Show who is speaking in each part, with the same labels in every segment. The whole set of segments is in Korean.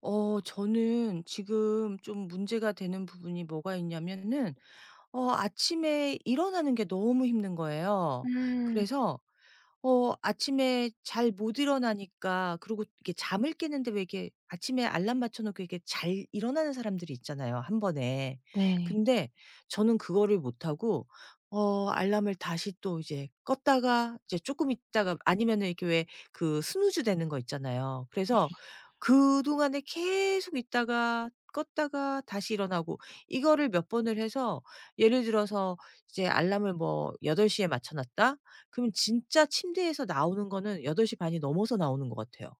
Speaker 1: 저는 지금 좀 문제가 되는 부분이 뭐가 있냐면은 아침에 일어나는 게 너무 힘든 거예요.
Speaker 2: 음.
Speaker 1: 그래서 아침에 잘 못 일어나니까. 그리고 이게 잠을 깨는데, 왜 이게 아침에 알람 맞춰 놓고 이게 잘 일어나는 사람들이 있잖아요, 한 번에.
Speaker 2: 네.
Speaker 1: 근데 저는 그거를 못 하고 알람을 다시 또 이제 껐다가 이제 조금 있다가. 아니면은 이렇게 왜 그 스누즈 되는 거 있잖아요. 그래서 그동안에 계속 있다가 껐다가 다시 일어나고, 이거를 몇 번을 해서. 예를 들어서 이제 알람을 뭐 8 시에 맞춰 놨다? 그럼 진짜 침대에서 나오는 거는 8시 반이 넘어서 나오는 것 같아요.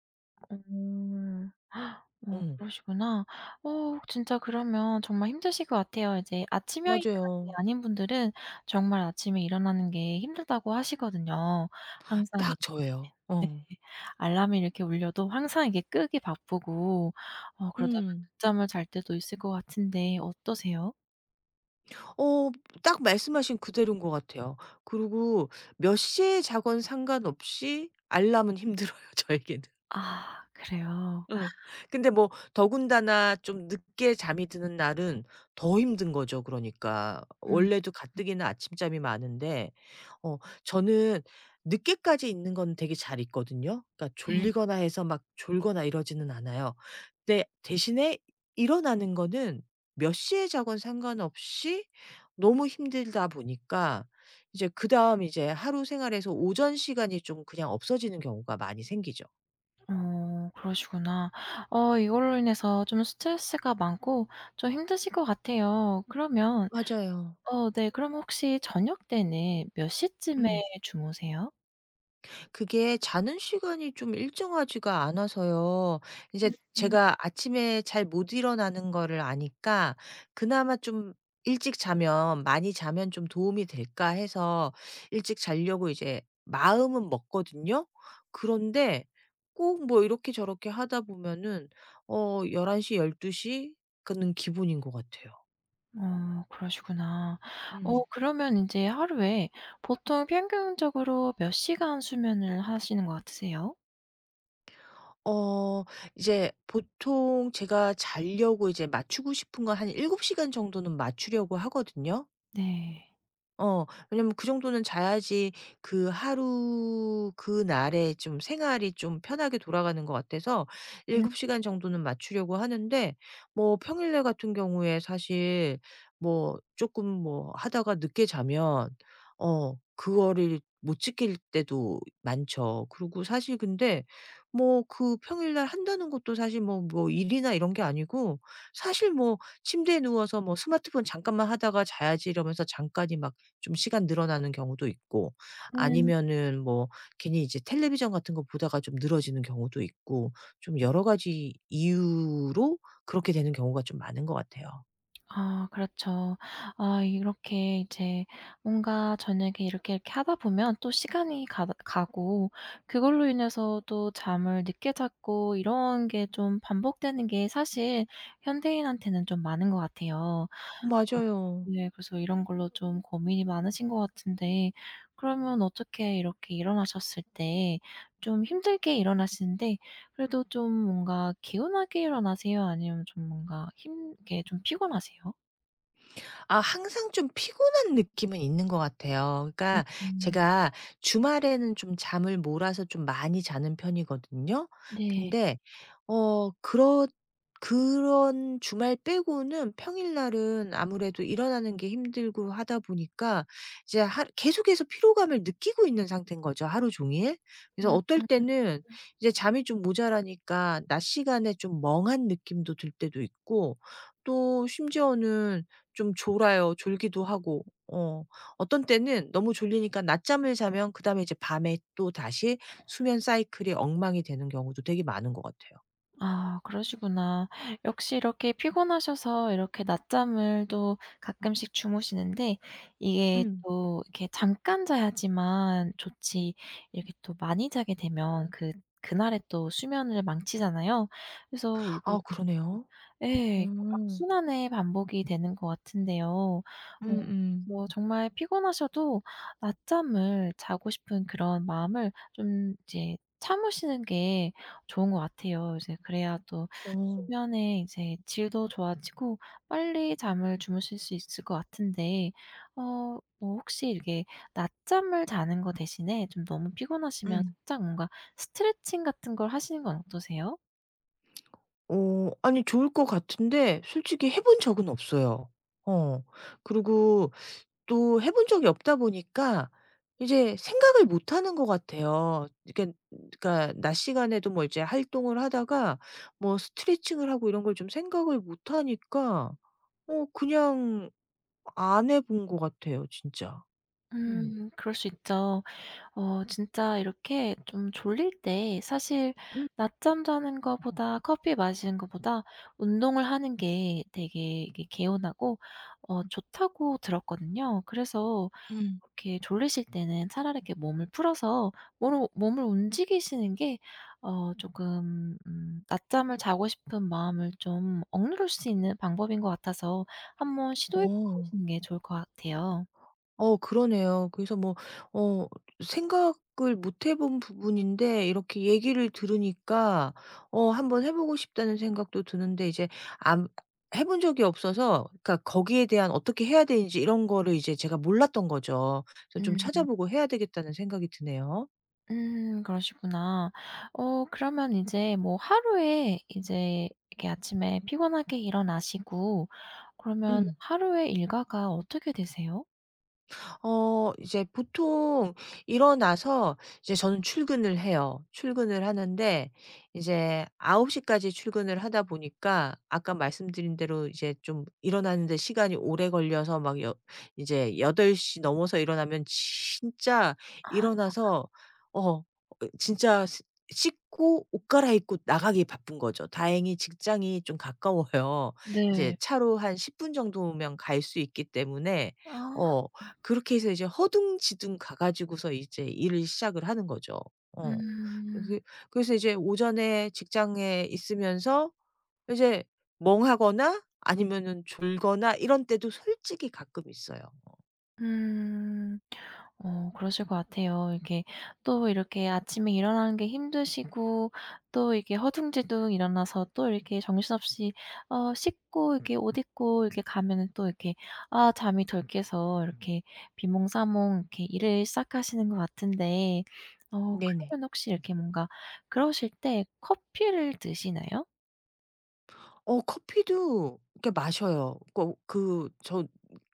Speaker 2: 음. 헉,
Speaker 1: 음.
Speaker 2: 그러시구나. 진짜 그러면 정말 힘드실 것 같아요. 이제 아침 형일까지
Speaker 1: 맞아요.
Speaker 2: 아닌 분들은 정말 아침에 일어나는 게 힘들다고 하시거든요. 항상 이
Speaker 1: 딱 저예요. 어.
Speaker 2: 알람이 이렇게 울려도 항상 이게 끄기 바쁘고 그러다 보면
Speaker 1: 음.
Speaker 2: 늦잠을 잘 때도 있을 것 같은데 어떠세요?
Speaker 1: 어 딱 말씀하신 그대로인 것 같아요. 그리고 몇 시에 자건 상관없이 알람은 힘들어요, 저에게는.
Speaker 2: 아 그래요.
Speaker 1: 응. 근데 뭐 더군다나 좀 늦게 잠이 드는 날은 더 힘든 거죠, 그러니까.
Speaker 2: 음.
Speaker 1: 원래도 가뜩이나 아침잠이 많은데. 어 저는 늦게까지 있는 건 되게 잘 있거든요. 그러니까
Speaker 2: 네.
Speaker 1: 졸리거나 해서 막 졸거나 이러지는 않아요. 근데 대신에 일어나는 거는 몇 시에 자건 상관없이 너무 힘들다 보니까, 이제 그다음 이제 하루 생활에서 오전 시간이 좀 그냥 없어지는 경우가 많이 생기죠.
Speaker 2: 그러시구나. 이걸로 인해서 좀 스트레스가 많고 좀 힘드실 것 같아요. 그러면
Speaker 1: 맞아요.
Speaker 2: 네, 그럼 혹시 저녁 때는 몇 시쯤에
Speaker 1: 음.
Speaker 2: 주무세요?
Speaker 1: 그게 자는 시간이 좀 일정하지가 않아서요. 이제
Speaker 2: 음.
Speaker 1: 제가 아침에 잘 못 일어나는 거를 아니까 그나마 좀 일찍 자면, '많이 자면 좀 도움이 될까.' 해서 일찍 자려고 이제 마음은 먹거든요. 그런데 꼭 뭐 이렇게 저렇게 하다 보면은 1 1시열1 2 그는 기본인 것 같아요.
Speaker 2: 그러시구나.
Speaker 1: 음.
Speaker 2: 그러면 이제 하루에 보통 평균적으로 몇 시간 수면을 하시는 것 같으세요?
Speaker 1: 어 이제 보통 제가 자려고 이제 맞추고 싶은 건 한 7시간 정도는 맞추려고 하거든요.
Speaker 2: 네.
Speaker 1: 어. 왜냐면 그 정도는 자야지 그 하루 그날의 좀 생활이 좀 편하게 돌아가는 것 같아서 7시간 정도는 맞추려고 하는데, 뭐 평일날 같은 경우에 사실 뭐 조금 뭐 하다가 늦게 자면 그거를 못 지킬 때도 많죠. 그리고 사실 근데 뭐 그 평일날 한다는 것도 사실 뭐 일이나 이런 게 아니고 사실 뭐 침대에 누워서 뭐 스마트폰 잠깐만 하다가 자야지 이러면서 잠깐이 막 좀 시간 늘어나는 경우도 있고,
Speaker 2: 음.
Speaker 1: 아니면은 뭐 괜히 이제 텔레비전 같은 거 보다가 좀 늘어지는 경우도 있고, 좀 여러 가지 이유로 그렇게 되는 경우가 좀 많은 것 같아요.
Speaker 2: 아 그렇죠. 아 이렇게 이제 뭔가 저녁에 이렇게 하다 보면 또 시간이 가 가고 그걸로 인해서 또 잠을 늦게 잤고 이런 게 좀 반복되는 게 사실 현대인한테는 좀 많은 것 같아요.
Speaker 1: 맞아요.
Speaker 2: 네, 그래서 이런 걸로 좀 고민이 많으신 것 같은데 그러면 어떻게 이렇게 일어나셨을 때 좀 힘들게 일어나시는데 그래도 좀 뭔가 개운하게 일어나세요? 아니면 좀 뭔가 힘 게좀 피곤하세요?
Speaker 1: 아, 항상 좀 피곤한 느낌은 있는 것 같아요. 그러니까
Speaker 2: 음.
Speaker 1: 제가 주말에는 좀 잠을 몰아서 좀 많이 자는 편이거든요.
Speaker 2: 네.
Speaker 1: 근데 어 그렇 그런 주말 빼고는 평일날은 아무래도 일어나는 게 힘들고 하다 보니까 이제 하 계속해서 피로감을 느끼고 있는 상태인 거죠, 하루 종일. 그래서
Speaker 2: 음.
Speaker 1: 어떨 때는 이제 잠이 좀 모자라니까 낮 시간에 좀 멍한 느낌도 들 때도 있고, 또 심지어는 좀 졸아요. 졸기도 하고. 어. 어떤 때는 너무 졸리니까 낮잠을 자면 그다음에 이제 밤에 또다시 수면 사이클이 엉망이 되는 경우도 되게 많은 것 같아요.
Speaker 2: 아 그러시구나. 역시 이렇게 피곤하셔서 이렇게 낮잠을 또 가끔씩 주무시는데 이게
Speaker 1: 음.
Speaker 2: 또 이렇게 잠깐 자야지만 좋지 이렇게 또 많이 자게 되면 그날의 또 수면을 망치잖아요. 그래서 이걸
Speaker 1: 아,
Speaker 2: 또
Speaker 1: 그러네요.
Speaker 2: 예.
Speaker 1: 음.
Speaker 2: 악순환의 반복이 되는 것 같은데요. 어
Speaker 1: 음음.
Speaker 2: 뭐 정말 피곤하셔도 낮잠을 자고 싶은 그런 마음을 좀 이제 참으시는 게 좋은 것 같아요. 이제 그래야 또
Speaker 1: 어.
Speaker 2: 수면의 이제 질도 좋아지고 빨리 잠을 주무실 수 있을 것 같은데 뭐 혹시 이렇게 낮잠을 자는 거 대신에 좀 너무 피곤하시면
Speaker 1: 음.
Speaker 2: 살짝 뭔가 스트레칭 같은 걸 하시는 건 어떠세요?
Speaker 1: 아니, 좋을 것 같은데 솔직히 해본 적은 없어요. 어. 그리고 또 해본 적이 없다 보니까 이제 생각을 못 하는 것 같아요. 그러니 그러니까 낮 시간에도 뭐 이제 활동을 하다가 뭐 스트레칭을 하고 이런 걸 좀 생각을 못 하니까 그냥 안 해본 것 같아요 진짜. 음.
Speaker 2: 그럴 수 있죠. 진짜 이렇게 좀 졸릴 때 사실
Speaker 1: 음.
Speaker 2: 낮잠 자는 거보다 커피 마시는 거보다 운동을 하는 게 되게 이게 개운하고 좋다고 들었거든요. 그래서
Speaker 1: 음.
Speaker 2: 이렇게 졸리실 때는 차라리 이렇게 몸을 풀어서 몸을 움직이시는 게 조금 낮잠을 자고 싶은 마음을 좀 억누를 수 있는 방법인 것 같아서 한번 시도해
Speaker 1: 어.
Speaker 2: 보시는 게 좋을 것 같아요.
Speaker 1: 어, 그러네요. 그래서 뭐 어 생각을 못 해본 부분인데 이렇게 얘기를 들으니까 한번 해 보고 싶다는 생각도 드는데, 이제 안 해본 적이 없어서, 그러니까 거기에 대한 어떻게 해야 되는지 이런 거를 이제 제가 몰랐던 거죠. 그래서 좀
Speaker 2: 음. 음.
Speaker 1: 찾아보고 해야 되겠다는 생각이 드네요.
Speaker 2: 그러시구나. 그러면 이제 뭐 하루에 이제 이렇게 아침에 피곤하게 일어나시고 그러면
Speaker 1: 음.
Speaker 2: 하루의 일과가 어떻게 되세요?
Speaker 1: 이제 보통 일어나서 이제 저는 출근을 해요. 출근을 하는데 이제 9시 까지 출근을 하다 보니까, 아까 말씀드린 대로 이제 좀 일어나는 데 시간이 오래 걸려서 막 여 이제 8시 넘어서 일어나면 진짜
Speaker 2: 아
Speaker 1: 일어나서 어 진짜 스 씻고 옷 갈아입고 나가기 바쁜 거죠. 다행히 직장이 좀 가까워요. 이제
Speaker 2: 네.
Speaker 1: 차로 한 10분 정도면 갈 수 있기 때문에
Speaker 2: 아.
Speaker 1: 어 그렇게 해서 이제 허둥지둥 가 가지고서 이제 일을 시작을 하는 거죠. 어.
Speaker 2: 음.
Speaker 1: 이게 그래서 이제 오전에 직장에 있으면서 이제 멍하거나 아니면은 졸거나 이런 때도 솔직히 가끔 있어요. 어.
Speaker 2: 음. 그러실 것 같아요. 이렇게 또 이렇게 아침에 일어나는 게 힘드시고 또 이렇게 허둥지둥 일어나서 또 이렇게 정신없이 씻고 이렇게 옷 입고 이렇게 가면은 또 이렇게 아 잠이 덜 깨서 이렇게 비몽사몽 이렇게 일을 시작하시는 것 같은데
Speaker 1: 네네.
Speaker 2: 그러면 혹시 이렇게 뭔가 그러실 때 커피를 드시나요?
Speaker 1: 커피도 이렇게 마셔요. 꼭 그 저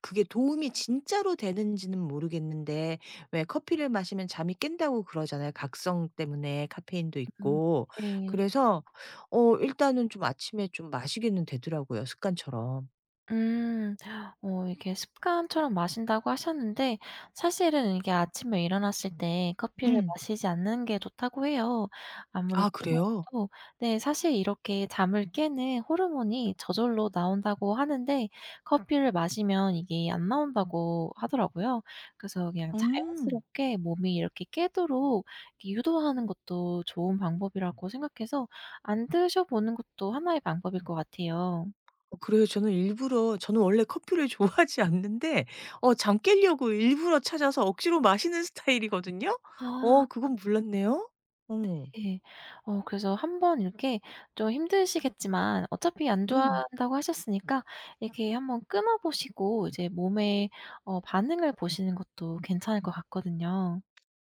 Speaker 1: 그게 도움이 진짜로 되는지는 모르겠는데, 왜 커피를 마시면 잠이 깬다고 그러잖아요. 각성 때문에 카페인도
Speaker 2: 음.
Speaker 1: 있고.
Speaker 2: 네.
Speaker 1: 그래서 일단은 좀 아침에 좀 마시기는 되더라고요, 습관처럼.
Speaker 2: 음. 이게 습관처럼 마신다고 하셨는데 사실은 이게 아침에 일어났을 때 커피를
Speaker 1: 음.
Speaker 2: 마시지 않는 게 좋다고 해요. 아무리
Speaker 1: 아, 그래요?
Speaker 2: 피곤해도 네, 사실 이렇게 잠을 깨는 호르몬이 저절로 나온다고 하는데 커피를 마시면 이게 안 나온다고 하더라고요. 그래서 그냥
Speaker 1: 음.
Speaker 2: 자연스럽게 몸이 이렇게 깨도록 이렇게 유도하는 것도 좋은 방법이라고 생각해서 안 드셔 보는 것도 하나의 방법일 것 같아요.
Speaker 1: 어, 그래요. 저는 일부러, 저는 원래 커피를 좋아하지 않는데 잠 깰려고 일부러 찾아서 억지로 마시는 스타일이거든요.
Speaker 2: 아.
Speaker 1: 그건 몰랐네요. 어.
Speaker 2: 네, 그래서 한번 이렇게 좀 힘드시겠지만 어차피 안
Speaker 1: 음.
Speaker 2: 좋아한다고 하셨으니까 이렇게 한번 끊어 보시고 이제 몸의 반응을 보시는 것도 괜찮을 것 같거든요.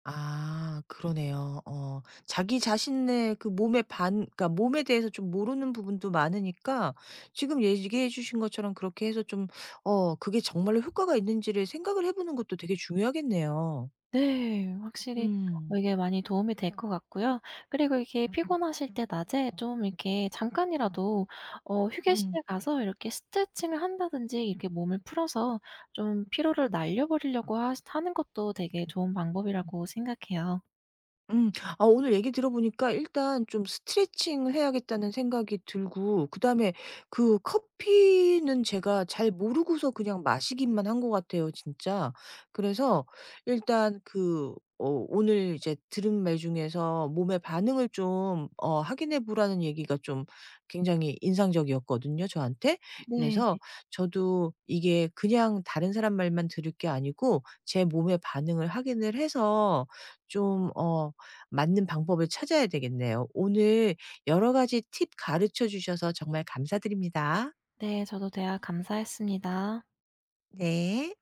Speaker 1: 아, 그러네요. 자기 자신의 그 몸의 반 그러니까 몸에 대해서 좀 모르는 부분도 많으니까, 지금 얘기해 주신 것처럼 그렇게 해서 좀 그게 정말로 효과가 있는지를 생각을 해 보는 것도 되게 중요하겠네요.
Speaker 2: 네. 확실히
Speaker 1: 음.
Speaker 2: 이게 많이 도움이 될 것 같고요. 그리고 이렇게 피곤하실 때 낮에 좀 이렇게 잠깐이라도
Speaker 1: 음.
Speaker 2: 휴게실에 가서 이렇게 스트레칭을 한다든지 이렇게 몸을 풀어서 좀 피로를 날려 버리려고 하시 하는 것도 되게 좋은 방법이라고 생각해요.
Speaker 1: 음. 아, 오늘 얘기 들어보니까 일단 좀 스트레칭을 해야겠다는 생각이 들고, 그다음에 그 커피는 제가 잘 모르고서 그냥 마시기만 한 것 같아요 진짜. 그래서 일단 그 오늘 이제 들은 말 중에서 몸의 반응을 좀 확인해 보라는 얘기가 좀 굉장히 인상적이었거든요, 저한테.
Speaker 2: 네.
Speaker 1: 그래서 저도 이게 그냥 다른 사람 말만 들을 게 아니고 제 몸의 반응을 확인을 해서 좀어 맞는 방법을 찾아야 되겠네요. 오늘 여러 가지 팁 가르쳐 주셔서 정말 감사드립니다.
Speaker 2: 네, 저도 대화 감사했습니다.
Speaker 1: 네.